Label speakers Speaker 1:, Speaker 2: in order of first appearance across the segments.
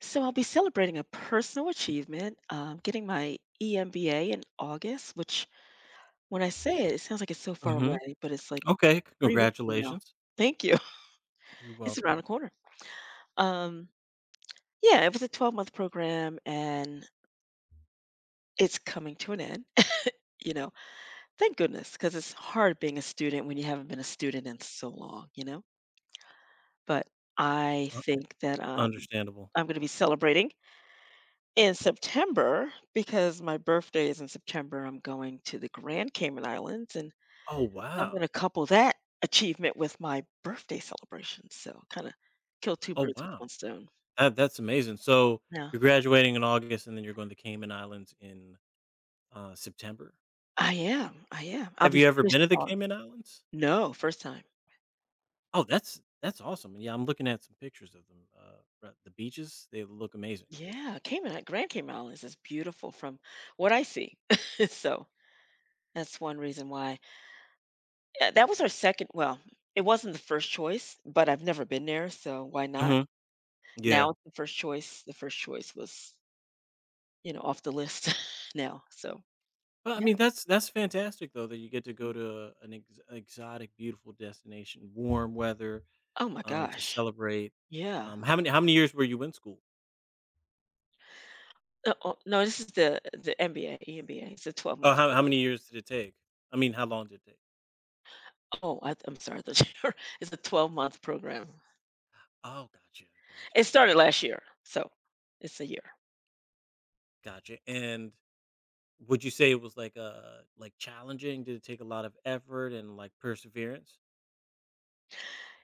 Speaker 1: So I'll be celebrating a personal achievement, getting my EMBA in August, which when I say it, it sounds like it's so far
Speaker 2: Mhm.
Speaker 1: away, but it's like
Speaker 2: Okay,
Speaker 1: 3 weeks from now.
Speaker 2: congratulations.
Speaker 1: Thank you.
Speaker 2: You're
Speaker 1: It's
Speaker 2: welcome.
Speaker 1: around the corner. Um, yeah, it was a 12-month program and it's coming to an end. You know, thank goodness, because it's hard being a student when you haven't been a student in so long, you know? But I
Speaker 2: Uh,
Speaker 1: think that
Speaker 2: Understandable.
Speaker 1: I'm going to be celebrating in September, because my birthday is in September, I'm going to the Grand Cayman Islands and
Speaker 2: Oh,
Speaker 1: I'm going
Speaker 2: wow.
Speaker 1: to couple that achievement with my birthday celebration. So kind of kill two
Speaker 2: Oh,
Speaker 1: birds with
Speaker 2: wow.
Speaker 1: one stone.
Speaker 2: That's amazing. So,
Speaker 1: Yeah.
Speaker 2: you're graduating in August, and then you're going to Cayman Islands in, September.
Speaker 1: I am. I am. I'll
Speaker 2: Have
Speaker 1: be
Speaker 2: you ever
Speaker 1: finished
Speaker 2: been to
Speaker 1: in
Speaker 2: the
Speaker 1: August.
Speaker 2: Cayman Islands?
Speaker 1: No, first time.
Speaker 2: Oh, that's awesome. Yeah, I'm looking at some pictures of them, right the beaches, they look amazing.
Speaker 1: Yeah, Cayman, Grand Cayman Islands is beautiful from what I see. So that's one reason why. Yeah, that was our second. Well, it wasn't the first choice, but I've never been there, so why not?
Speaker 2: Mhm. Yeah.
Speaker 1: Now it's the first choice. The first choice was off the list. Now. So,
Speaker 2: Well, I
Speaker 1: yeah.
Speaker 2: mean, that's fantastic, though, that you get to go to an ex exotic, beautiful destination, warm weather,
Speaker 1: Oh my
Speaker 2: to
Speaker 1: gosh.
Speaker 2: celebrate.
Speaker 1: Yeah.
Speaker 2: How many years were you in school?
Speaker 1: Oh, no, this is the MBA, EMBA. It's a
Speaker 2: Oh,
Speaker 1: 12-month
Speaker 2: how many
Speaker 1: program.
Speaker 2: years did it take? I mean, how long did it take?
Speaker 1: Oh, I'm sorry. I thought It's a 12-month program.
Speaker 2: Oh,
Speaker 1: It started last year, so it's a year.
Speaker 2: gotcha. And would you say it was like challenging? Did it take a lot of effort and like perseverance?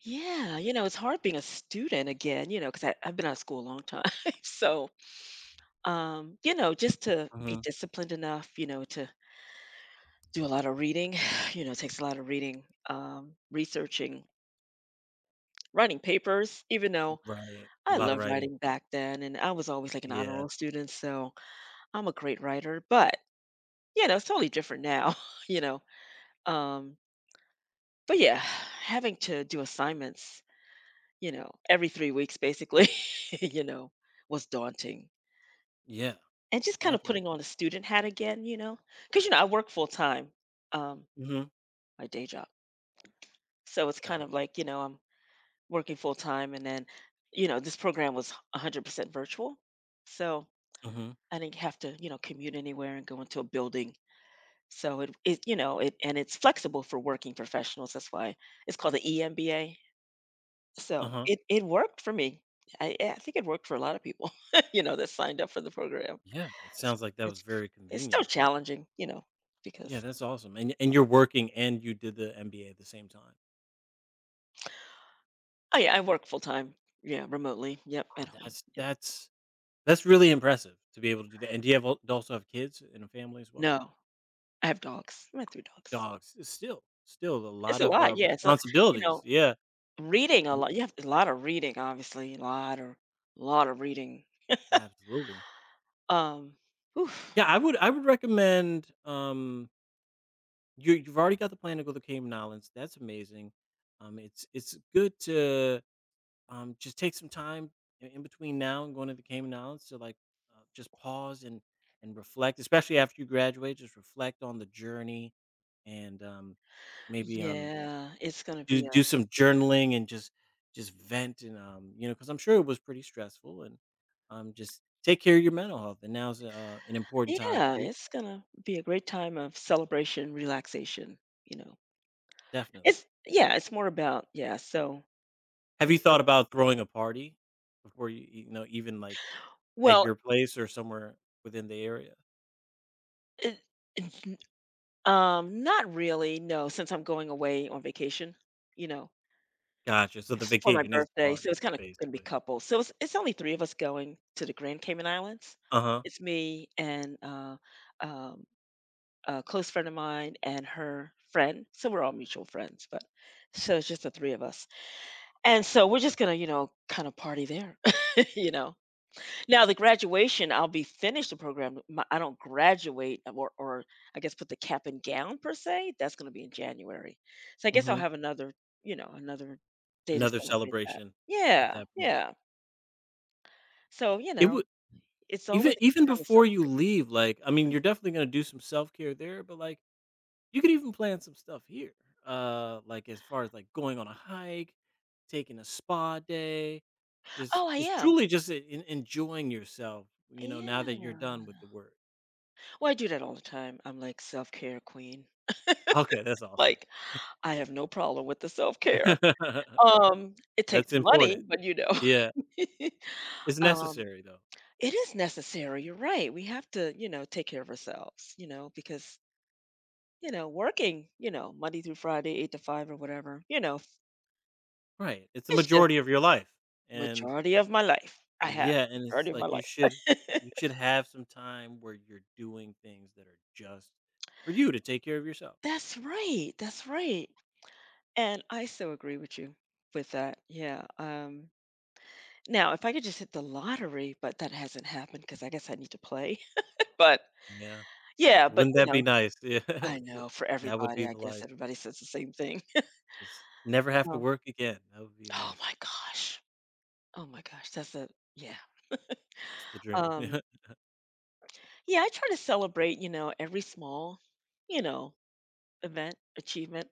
Speaker 1: Yeah, it's hard being a student again, because I've been out of school a long time. So, just to be
Speaker 2: Mhm.
Speaker 1: disciplined enough, to do a lot of reading, it takes a lot of reading, researching, writing papers, even though
Speaker 2: Right, a
Speaker 1: I
Speaker 2: lot of
Speaker 1: love
Speaker 2: writing.
Speaker 1: writing back then, and I was always like an honor
Speaker 2: Yeah,
Speaker 1: roll student, so I'm a great writer. But it's totally different now. You know, um, but yeah, having to do assignments, every 3 weeks basically, you know, was daunting,
Speaker 2: yeah,
Speaker 1: and just kind of
Speaker 2: definitely.
Speaker 1: putting on a student hat again, because you know I work full time, um,
Speaker 2: Hmm.
Speaker 1: my day job, so it's kind of
Speaker 2: Gotcha.
Speaker 1: like you know I'm working full time, and then you know this program was 100% virtual, so
Speaker 2: Hmm.
Speaker 1: I didn't have to, commute anywhere and go into a building. So it you know, it and it's flexible for working professionals. That's why it's called the EMBA.
Speaker 2: Uh
Speaker 1: So
Speaker 2: huh.
Speaker 1: it worked for me. I think it worked for a lot of people, that signed up for the program.
Speaker 2: Yeah, it
Speaker 1: It's
Speaker 2: sounds like that was
Speaker 1: it's,
Speaker 2: very
Speaker 1: it's still
Speaker 2: convenient.
Speaker 1: challenging,
Speaker 2: Yeah,
Speaker 1: because
Speaker 2: that's awesome. And you're working and you did the MBA at the same time.
Speaker 1: oh yeah, I work full time. Yeah, remotely. Yep,
Speaker 2: Oh,
Speaker 1: at home.
Speaker 2: that's
Speaker 1: Yep.
Speaker 2: that's That's really impressive to be able to do that. And do you have al also have kids and a family as well?
Speaker 1: No, I have dogs. I have three dogs.
Speaker 2: Dogs. It's still a
Speaker 1: It's
Speaker 2: lot
Speaker 1: a
Speaker 2: of,
Speaker 1: lot, yeah. So you
Speaker 2: responsibilities.
Speaker 1: know,
Speaker 2: Yeah.
Speaker 1: reading a
Speaker 2: Um.
Speaker 1: lot. You have a lot of reading, obviously, a lot of reading.
Speaker 2: Absolutely.
Speaker 1: Um, oof.
Speaker 2: Yeah, I would recommend, um, you've already got the plan to go to the Cayman Islands. That's amazing. It's good to, just take some time in between now and going to the Cayman Islands to, like, just pause and reflect, especially after you graduate, just reflect on the journey and, maybe, um.
Speaker 1: Yeah, it's gonna
Speaker 2: Do
Speaker 1: be a
Speaker 2: do some journaling and just vent and, because 'cause I'm sure it was pretty stressful and, just take care of your mental health, and now's, an important time
Speaker 1: yeah,
Speaker 2: to do
Speaker 1: it's gonna be a great time of celebration, relaxation, you know.
Speaker 2: definitely.
Speaker 1: It's yeah, it's more about yeah, so.
Speaker 2: Have you thought
Speaker 1: Okay.
Speaker 2: about throwing a party before even, like, at
Speaker 1: Well,
Speaker 2: your place or somewhere within the area?
Speaker 1: it, it's n- not really, no, since I'm going away on vacation, you know,
Speaker 2: Gotcha, so the
Speaker 1: it's for my
Speaker 2: vacation is the
Speaker 1: birthday, so
Speaker 2: party,
Speaker 1: it's kind of gonna be
Speaker 2: basically.
Speaker 1: couples. So it's only three of us going to the Grand Cayman Islands.
Speaker 2: Uh-huh,
Speaker 1: It's me and um a close friend of mine and her friend. So we're all mutual friends, but so it's just the three of us. And so we're just gonna, kind of party there. you know. Now the graduation, I'll be finished the program. My, I don't graduate or I guess put the cap and gown per se. That's gonna be in January. So I guess I'll
Speaker 2: mhm.
Speaker 1: have another day to
Speaker 2: Another
Speaker 1: celebrate that.
Speaker 2: celebration at
Speaker 1: Yeah,
Speaker 2: that point.
Speaker 1: yeah. So
Speaker 2: It would,
Speaker 1: it's always
Speaker 2: even
Speaker 1: a good
Speaker 2: even
Speaker 1: time to
Speaker 2: before you
Speaker 1: celebrate.
Speaker 2: leave, like, I mean, you're definitely gonna do some self-care there, but, like, you could even plan some stuff here, like, as far as, like, going on a hike, taking a spa day,
Speaker 1: Oh, I
Speaker 2: just
Speaker 1: am.
Speaker 2: truly just en en enjoying yourself now that you're done
Speaker 1: Yeah.
Speaker 2: with the work.
Speaker 1: Well, I do that all the time. I'm like self care queen.
Speaker 2: Okay, that's awesome.
Speaker 1: Like I have no problem with the self-care. It
Speaker 2: That's
Speaker 1: takes money,
Speaker 2: important.
Speaker 1: but,
Speaker 2: Yeah. It's
Speaker 1: um,
Speaker 2: necessary, though.
Speaker 1: it is necessary, you're right, we have to, take care of ourselves, because, working, Monday through Friday, 8 to 5 or whatever,
Speaker 2: Right, it's the
Speaker 1: it's just
Speaker 2: majority of your life, and
Speaker 1: majority of my life. I have
Speaker 2: yeah, and
Speaker 1: majority
Speaker 2: it's
Speaker 1: of my
Speaker 2: like you
Speaker 1: life.
Speaker 2: should you should have some time where you're doing things that are just for you to take care of yourself.
Speaker 1: That's right, and I so agree with you with that, yeah, now if I could just hit the lottery, but that hasn't happened because I guess I need to play, but
Speaker 2: Yeah.
Speaker 1: yeah.
Speaker 2: Wouldn't that be nice?
Speaker 1: I know, for
Speaker 2: Yeah, that would
Speaker 1: everybody,
Speaker 2: be
Speaker 1: I
Speaker 2: the
Speaker 1: guess
Speaker 2: life.
Speaker 1: everybody says the same thing.
Speaker 2: Just never have to
Speaker 1: Um,
Speaker 2: work again. That would be
Speaker 1: oh
Speaker 2: amazing.
Speaker 1: my gosh. Oh my gosh, that's a yeah.
Speaker 2: It's the dream.
Speaker 1: Um,
Speaker 2: Yeah.
Speaker 1: yeah, I try to celebrate, every small, you know, event, achievement.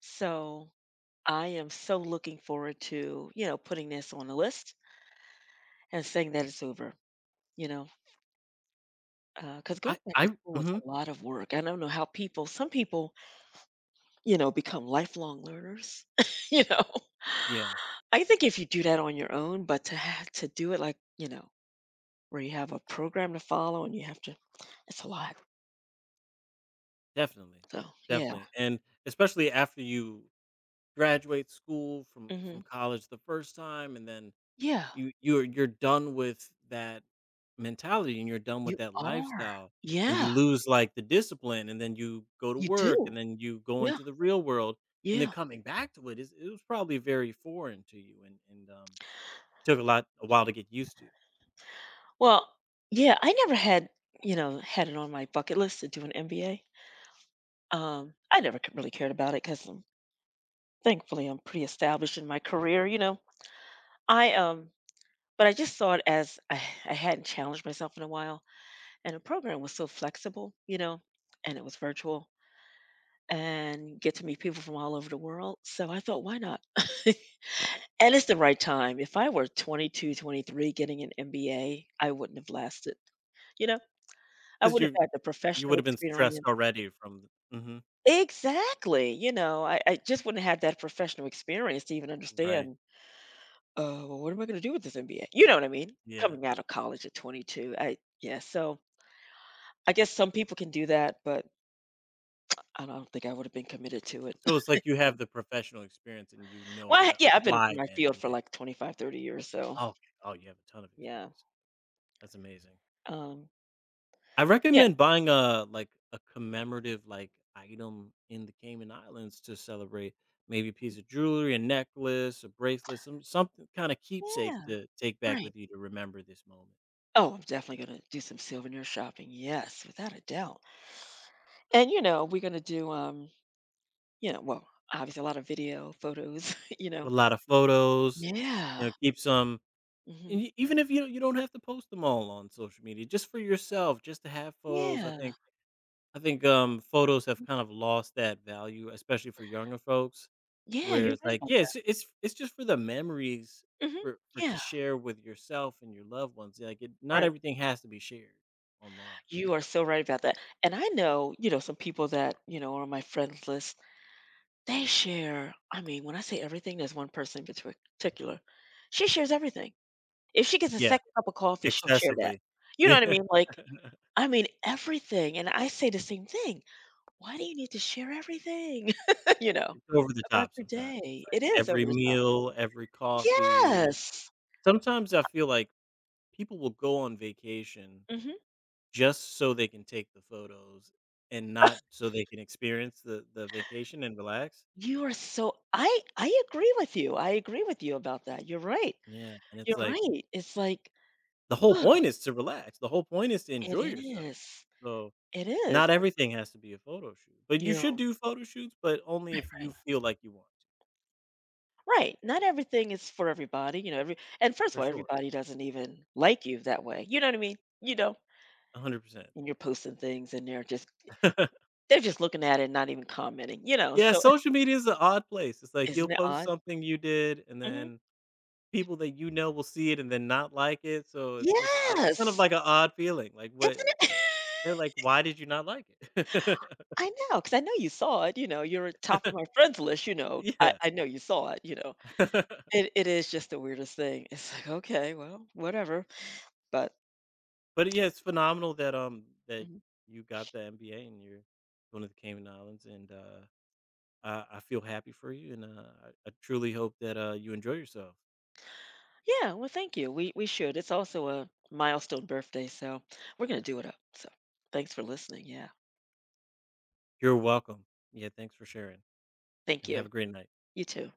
Speaker 1: So, I am so looking forward to, putting this on a list and saying that it's over, you know, because going back to
Speaker 2: I
Speaker 1: school was
Speaker 2: mhm.
Speaker 1: a lot of work. I don't know how people some people, become lifelong learners. You know?
Speaker 2: Yeah,
Speaker 1: I think if you do that on your own, but to do it, like, where you have a program to follow and you have to it's a lot.
Speaker 2: definitely,
Speaker 1: So, yeah.
Speaker 2: definitely, and especially after you graduate school from
Speaker 1: Mhm.
Speaker 2: college the first time and then
Speaker 1: Yeah,
Speaker 2: you're done with that mentality and you're done with
Speaker 1: you
Speaker 2: that
Speaker 1: are.
Speaker 2: lifestyle, and
Speaker 1: Yeah,
Speaker 2: you lose, like, the discipline, and then you go to
Speaker 1: you
Speaker 2: work,
Speaker 1: do.
Speaker 2: and then you go
Speaker 1: Yeah,
Speaker 2: into the real world, and then
Speaker 1: yeah.
Speaker 2: coming back to it is it was probably very foreign to you and, took a while to get used to
Speaker 1: Well, yeah, I never had it on my bucket list to do an MBA. I never c really cared about it because thankfully, I'm pretty established in my career, you know? I, um but I just saw it as I hadn't challenged myself in a while. And the program was so flexible, and it was virtual and get to meet people from all over the world. So I thought, why not? And it's the right time. If I were 22, 23, getting an MBA, I wouldn't have lasted. You know, I
Speaker 2: because
Speaker 1: wouldn't have had the
Speaker 2: you would
Speaker 1: professional
Speaker 2: have been stressed
Speaker 1: experience.
Speaker 2: already from the mhm,
Speaker 1: Exactly. I just wouldn't have had that professional experience to even
Speaker 2: right,
Speaker 1: understand, well, what am I going to do with this MBA? You know what I mean?
Speaker 2: yeah.
Speaker 1: Coming out of college at 22. Yeah. So I guess some people can do that, but I don't think I would have been committed to it.
Speaker 2: So it's like you have the professional experience and you know
Speaker 1: Well,
Speaker 2: how
Speaker 1: I
Speaker 2: to
Speaker 1: yeah, I've been in
Speaker 2: apply
Speaker 1: my
Speaker 2: the
Speaker 1: field for
Speaker 2: MBA.
Speaker 1: like 25, 30 years, so
Speaker 2: Okay, oh, you have a ton of
Speaker 1: yeah.
Speaker 2: experience. That's amazing.
Speaker 1: Um,
Speaker 2: I
Speaker 1: yeah,
Speaker 2: recommend buying a like a commemorative like item in the Cayman Islands to celebrate. Maybe a piece of jewelry, a necklace, a bracelet, some something kind of keepsake
Speaker 1: yeah,
Speaker 2: to take back
Speaker 1: right.
Speaker 2: with you to remember this moment.
Speaker 1: Oh, I'm definitely gonna do some souvenir shopping. Yes, without a doubt. And we're gonna do well, obviously a lot of video, photos.
Speaker 2: A lot of photos, you
Speaker 1: Yeah.
Speaker 2: know, keep some.
Speaker 1: Hmm.
Speaker 2: And even if you don't have to post them all on social media, just for yourself, just to have photos,
Speaker 1: Yeah.
Speaker 2: I think, photos have kind of lost that value, especially for younger folks,
Speaker 1: Yeah,
Speaker 2: where
Speaker 1: you're
Speaker 2: it's
Speaker 1: right
Speaker 2: like,
Speaker 1: about
Speaker 2: yeah,
Speaker 1: that.
Speaker 2: it's just for the memories
Speaker 1: Hmm.
Speaker 2: for to
Speaker 1: Yeah,
Speaker 2: share with yourself and your loved ones. Like, it, not
Speaker 1: right.
Speaker 2: everything has to be shared online.
Speaker 1: You are so right about that. And I know, some people that, are on my friends list, they share, I mean, when I say everything, there's one person in particular. She shares everything. If she gets a
Speaker 2: Yeah,
Speaker 1: second cup of coffee, she'll share that.
Speaker 2: excessively.
Speaker 1: You know what I
Speaker 2: Yeah,
Speaker 1: mean? Like, I mean, everything, and I say the same thing. Why do you need to share everything, you know,
Speaker 2: it's over the
Speaker 1: about
Speaker 2: top
Speaker 1: your
Speaker 2: sometimes. It's
Speaker 1: day? It
Speaker 2: like
Speaker 1: is
Speaker 2: every
Speaker 1: over the top.
Speaker 2: meal, every coffee.
Speaker 1: Yes.
Speaker 2: Sometimes I feel like people will go on vacation
Speaker 1: Mhm.
Speaker 2: just so they can take the photos and not so they can experience the vacation and relax?
Speaker 1: You are so I agree with you. I agree with you about that. You're right.
Speaker 2: Yeah, and it's
Speaker 1: You're
Speaker 2: like,
Speaker 1: right. It's like,
Speaker 2: the whole
Speaker 1: oh,
Speaker 2: point is to relax, the whole point is to
Speaker 1: it
Speaker 2: enjoy yourself.
Speaker 1: is.
Speaker 2: So,
Speaker 1: It
Speaker 2: not
Speaker 1: is.
Speaker 2: everything has to be a photo shoot, but you should
Speaker 1: You're
Speaker 2: do photo shoots, but only
Speaker 1: right,
Speaker 2: if
Speaker 1: right.
Speaker 2: you feel like you want to,
Speaker 1: Right. Not everything is for everybody, you know, every and first of
Speaker 2: for
Speaker 1: all,
Speaker 2: sure,
Speaker 1: everybody doesn't even like you that way. You know what I mean? You know?
Speaker 2: 100%.
Speaker 1: And you're posting things and they're just they're just looking at it and not even commenting,
Speaker 2: Yeah,
Speaker 1: so.
Speaker 2: social media is an odd place, it's like you'll
Speaker 1: Isn't it
Speaker 2: post
Speaker 1: odd?
Speaker 2: something you did, and
Speaker 1: Mhm.
Speaker 2: then people that you know will see it and then not like it, so it's just, I it's kind of
Speaker 1: Yes.
Speaker 2: like an odd feeling, like, what.
Speaker 1: Isn't it?
Speaker 2: They're like, "Why did you not like it?"
Speaker 1: I know, because I know you saw it, you're at top of my friends list, you know, I
Speaker 2: Yeah.
Speaker 1: I know you saw it. It is just the weirdest thing. It's like, "Okay, well, whatever," but
Speaker 2: But, yeah, it's phenomenal that, that
Speaker 1: Mhm.
Speaker 2: you got the MBA and you're going to the Cayman Islands, and, I feel happy for you, and, I truly hope that, you enjoy yourself.
Speaker 1: Yeah, well, thank you. We should. It's also a milestone birthday, so we're gonna do it up, so thanks for listening, yeah.
Speaker 2: You're welcome. Yeah, thanks for sharing,
Speaker 1: Thank
Speaker 2: and have
Speaker 1: you.
Speaker 2: a great night.
Speaker 1: You too.